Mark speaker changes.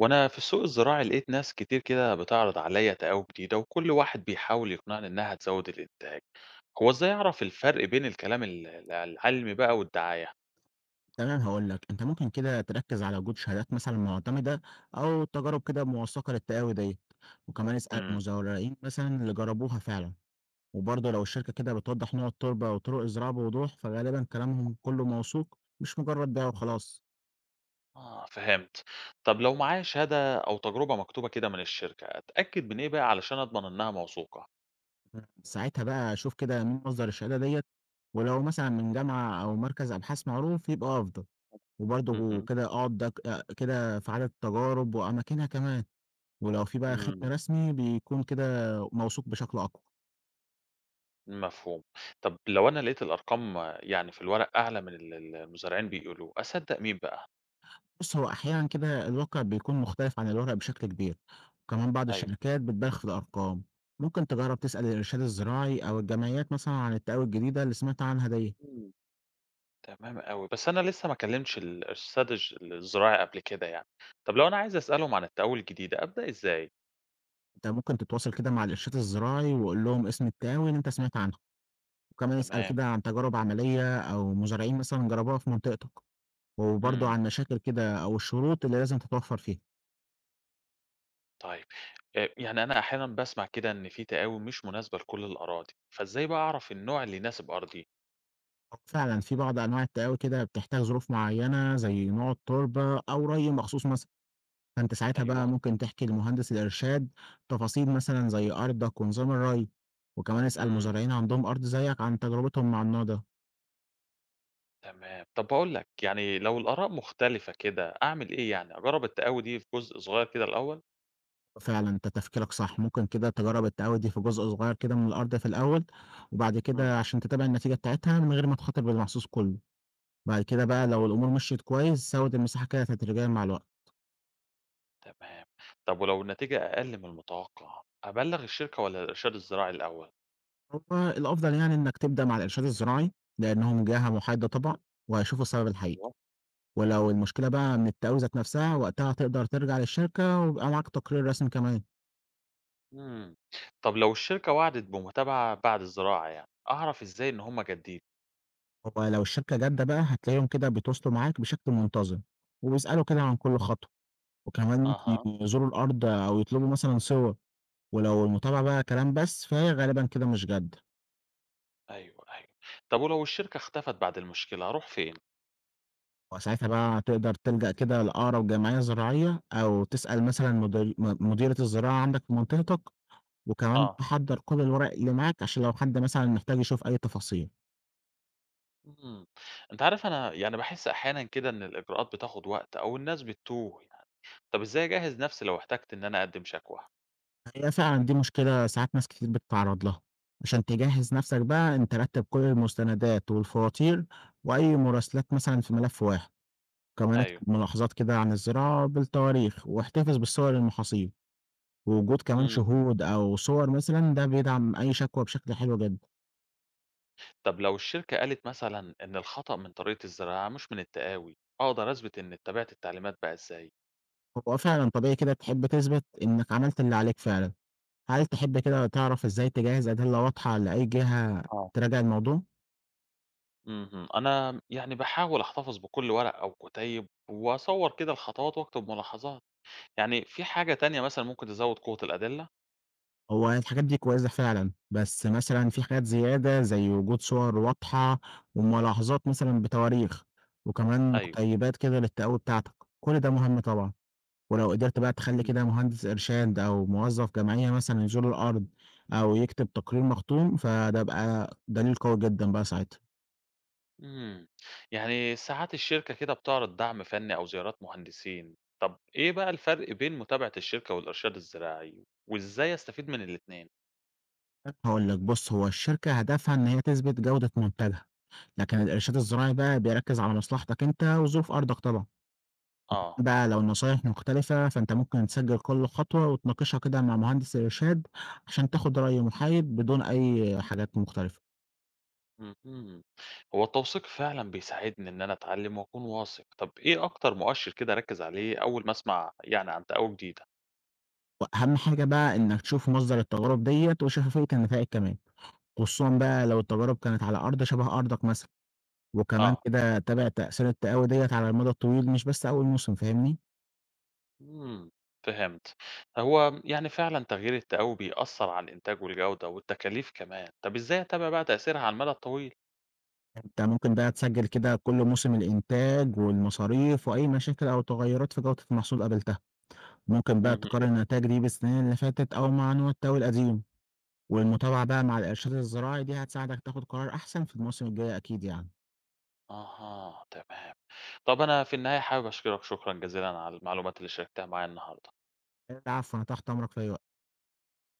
Speaker 1: وانا في السوق الزراعي لقيت ناس كتير كده بتعرض عليا تقاوي جديدة، وكل واحد بيحاول يقنعني انها تزود الانتاج. هو ازاي اعرف الفرق بين الكلام العلمي بقى والدعاية؟
Speaker 2: تمام، هاقول لك. أنت ممكن كده تركّز على وجود شهادات مثلًا مُعتمدة، أو تجارب كده موثّقة للتقاوي ديّة، وكمان اسأل
Speaker 1: امم.
Speaker 2: مزارعين مثلًا اللي جرّبوها فعلًا. وبرضه لو الشركة كده بتوضّح نوع التربة وطرق الزراعة بوضوح، فغالبًا كلامهم كُلّه موثوق مش مجرّد بيع وخلاص.
Speaker 1: اه، فهمت. طب لو معايا شهادة او تجربة مكتوبة كده من الشركة اتأكد من ايه بقى علشان اضمن انها موثوقة؟
Speaker 2: ساعتها بقى شوف كده مين مصدر الشهادة ديّة، ولو مثلًا من جامعة أو مركز أبحاث معروف يبقى أفضل. وبرضه
Speaker 1: امم.
Speaker 2: كده اقعد دك كده في عدد التجارب وأماكنها كمان، ولو في بقى ختم
Speaker 1: امم.
Speaker 2: رسمي بيكون كده موثوق بشكل أقوى.
Speaker 1: مفهوم. طب لو انا لقيت الارقام، يعني في الورق اعلى من اللي المزارعين بيقولوه، اصدق مين بقى؟
Speaker 2: بُص، هو أحيانًا كده الواقع بيكون مختلف عن الورق بشكل كبير، وكمان بعض
Speaker 1: ايوه.
Speaker 2: الشركات بتبالغ في الأرقام. ممكن تجرّب تسأل الإرشاد الزراعي أو الجمعيات مثلًا عن التقاوي الجديدة اللي سمعت عنها ديّة.
Speaker 1: تمام أوي، بس أنا لسه ما كلّمتش ال الساد الج الزراعي قبل كده يعني. طب لو أنا عايز أسألهم عن التقوّي الجديد أبدأ إزاي؟
Speaker 2: أنت ممكن تتواصل كده مع الإرشاد الزراعي وقُل لهم اسم التقاوي اللي أنت سمعت عنها، وكمان اسأل
Speaker 1: تمام.
Speaker 2: كده عن تجارب عملية أو مزارعين مثلًا جربوها في منطقتك، وبرضه
Speaker 1: إمم.
Speaker 2: عن مشاكل كده أو الشروط اللي لازم تتوفر فيها.
Speaker 1: طيب. يعني أنا أحيانًا باسمع كده إن في تقاوي مش مناسبة لكل الأراضي، فإزاي بقى أعرف النوع اللي يناسب أرضي؟
Speaker 2: فعلًا في بعض أنواع التقاوي كده بتحتاج ظروف معيّنة زي نوع التربة أو ري مخصوص مثلًا. فأنت ساعتها
Speaker 1: أيوه.
Speaker 2: بقى ممكن تحكي لمهندس الإرشاد تفاصيل مثلًا زي أرضك ونظام الري، وكمان اسأل
Speaker 1: إمم.
Speaker 2: مزارعين عندهم أرض زيك عن تجربتهم مع النوع ده.
Speaker 1: تمام، طب باقول لك يعني لو الآراء مختلفة كده أعمل إيه يعني، أجرّب التقاوي دي في جزء صغير كده الأول؟
Speaker 2: فعلًا أنت تفكيرك صح، ممكن كده تجرب التقاوي دي في جزء صغير كده من الأرض في الأول، وبعد
Speaker 1: إمم.
Speaker 2: كده عشان تتابع النتيجة بتاعتها من غير ما تخاطر بالمحصول كله. بعد كده بقى لو الأمور مشيت كويس زود المساحة كده تدريجيًا مع الوقت.
Speaker 1: تمام. طب ولو النتيجة أقل من المتوقع أبلّغ الشركة والّا الإرشاد الزراعي الأول؟
Speaker 2: هو الأفضل يعني إنك تبدأ مع الإرشاد الزراعي، لأنهم جهة محايدة طبعًا، وهيشوفوا السبب الحقيقي.
Speaker 1: أيوه.
Speaker 2: ولو
Speaker 1: إمم.
Speaker 2: المشكلة بقى من التقاول ذات نفسها، وقتها تقدر ترجع للشركة ويبقى معاك تقرير رسمي كمان.
Speaker 1: إمم. طب لو الشركة وعدت بمتابعة بعد الزراعة يعني، أعرف إزاي إن هم جادين؟
Speaker 2: هو لو الشركة جادة بقى هتلاقيهم كده بيتواصلوا معاك بشكل منتظم، وبيسألوا كده عن كل خطوة، وكمان ممكن
Speaker 1: أها.
Speaker 2: يزوروا الأرض أو يطلبوا مثلًا صور. ولو المتابعة بقى كلام بس، فهي غالبًا كده مش جادة.
Speaker 1: أيوه، أيوه. طب ولو الشركة اختفت بعد المشكلة أروح فين؟
Speaker 2: وساعتها بقى تقدر تلجأ كده لأقرب جمعية زراعية، أو تسأل مثلًا مدير مديرة الزراعة عندك في منطقتك، وكمان
Speaker 1: آه.
Speaker 2: تحضّر كل الورق اللي معاك عشان لو حد مثلًا محتاج يشوف أي تفاصيل.
Speaker 1: إمم. أنت عارف، أنا يعني باحس أحيانًا كده إن الإجراءات بتاخد وقت أو الناس بتتوه يعني. طب إزاي أجهّز نفسي لو احتجت إن أنا أقدّم شكوى؟
Speaker 2: هي فعلًا دي مشكلة ساعات ناس كتير بتتعرّض لها. عشان تجهّز نَفْسك بقى، أنت رتّب كل المستندات والفواتير وأي مراسلات مثلًا في ملف واحد، كمان
Speaker 1: أيوه.
Speaker 2: اكتب ملاحظات كده عن الزراعة بالتواريخ، واحتفظ بالصور المحاصيل. ووجود كمان
Speaker 1: إمم.
Speaker 2: شهود أو صور مثلًا ده بيدعم أي شكوى بشكل حلو جدًا.
Speaker 1: طب لو الشركة قالت مثلًا إن الخطأ من طريقة الزراعة مش من التقاوي، أقدر أثبت إني اتّبعت التعليمات بقى إزاي؟
Speaker 2: هو فعلًا طبيعي كده تحب تثبت إنك عملت اللي عليك فعلًا. هل تحب كده تعرف إزاي تجهّز أدلة واضحة لأي جهة
Speaker 1: آه.
Speaker 2: تراجع الموضوع؟
Speaker 1: اهم. أنا يعني باحاول أحتفظ بكل ورقة أو كُتيب وأصوّر كده الخطوات وأكتب ملاحظات. يعني في حاجة تانية مثلًا ممكن تزوّد قوة الأدلة؟
Speaker 2: هو الحاجات دي كويسة فعلًا، بس مثلًا في حاجات زيادة زي وجود صور واضحة، وملاحظات مثلًا بتواريخ، وكمان
Speaker 1: أيوه.
Speaker 2: مقتيبات كده للتقوي بتاعتك. كل ده مهم طبعًا. ولو قدرت بقى تخلّي
Speaker 1: إمم.
Speaker 2: كده مهندس إرشاد أو موظف جمعية مثلًا يزور الأرض أو يكتب تقرير مختوم، فده بقى دليل قوي جدًا بقى ساعتها.
Speaker 1: إمم. يعني ساعات الشركة كده بتعرض دعم فني أو زيارات مهندسين. طب إيه بقى الفرق بين متابعة الشركة والإرشاد الزراعي وإزاي أستفيد من الاتنين؟
Speaker 2: هاقول لك بُص، هو الشركة هدفها إن هي تثبت جودة منتجها، لكن الإرشاد الزراعي بقى بيركّز على مصلحتك أنت وظروف أرضك طبعًا.
Speaker 1: آه.
Speaker 2: وبالتالي بقى لو النصايح مختلفة، فأنت ممكن تسجل كل خطوة وتناقشها كده مع مهندس الإرشاد عشان تاخد رأي محايد بدون أي حاجات مختلفة.
Speaker 1: اهم. هو التوثيق فعلًا بيساعدني إن أنا أتعلّم وأكون واثق. طب إيه أكتر مؤشر كده أركّز عليه أول ما أسمع يعني عن تقاوي جديدة؟
Speaker 2: وأهم حاجة بقى إنك تشوف مصدر التجارب ديّة وشفافية النتائج كمان، خصوصًا بقى لو التجارب كانت على أرض شبه أرضك مثلًا، وكمان
Speaker 1: آه.
Speaker 2: كده تابع تأثير التقاوي ديّة على المدى الطويل مش بس أول موسم، فاهمني؟
Speaker 1: إمم، فهمت. هو يعني فعلًا تغيير التقوي بيأثّر على الإنتاج والجودة والتكاليف كمان. طب إزاي أتابع بقى تأثيرها على المدى الطويل؟
Speaker 2: أنت ممكن بقى تسجل كده كل موسم الإنتاج والمصاريف وأي مشاكل أو تغيرات في جودة المحصول قابلتها. ممكن بقى تقارن
Speaker 1: اهم.
Speaker 2: النتائج دي بالسنين اللي فاتت أو مع نوع التوي القديم، والمتابعة بقى مع الإرشاد الزراعي دي هتساعدك تاخد قرار أحسن في الموسم الجاي أكيد يعني.
Speaker 1: أها، تمام. طب أنا في النهاية حابب أشكرك شكرًا جزيلًا على المعلومات اللي شاركتها معايا النهارده.
Speaker 2: العفو، أنا تحت أمرك في أي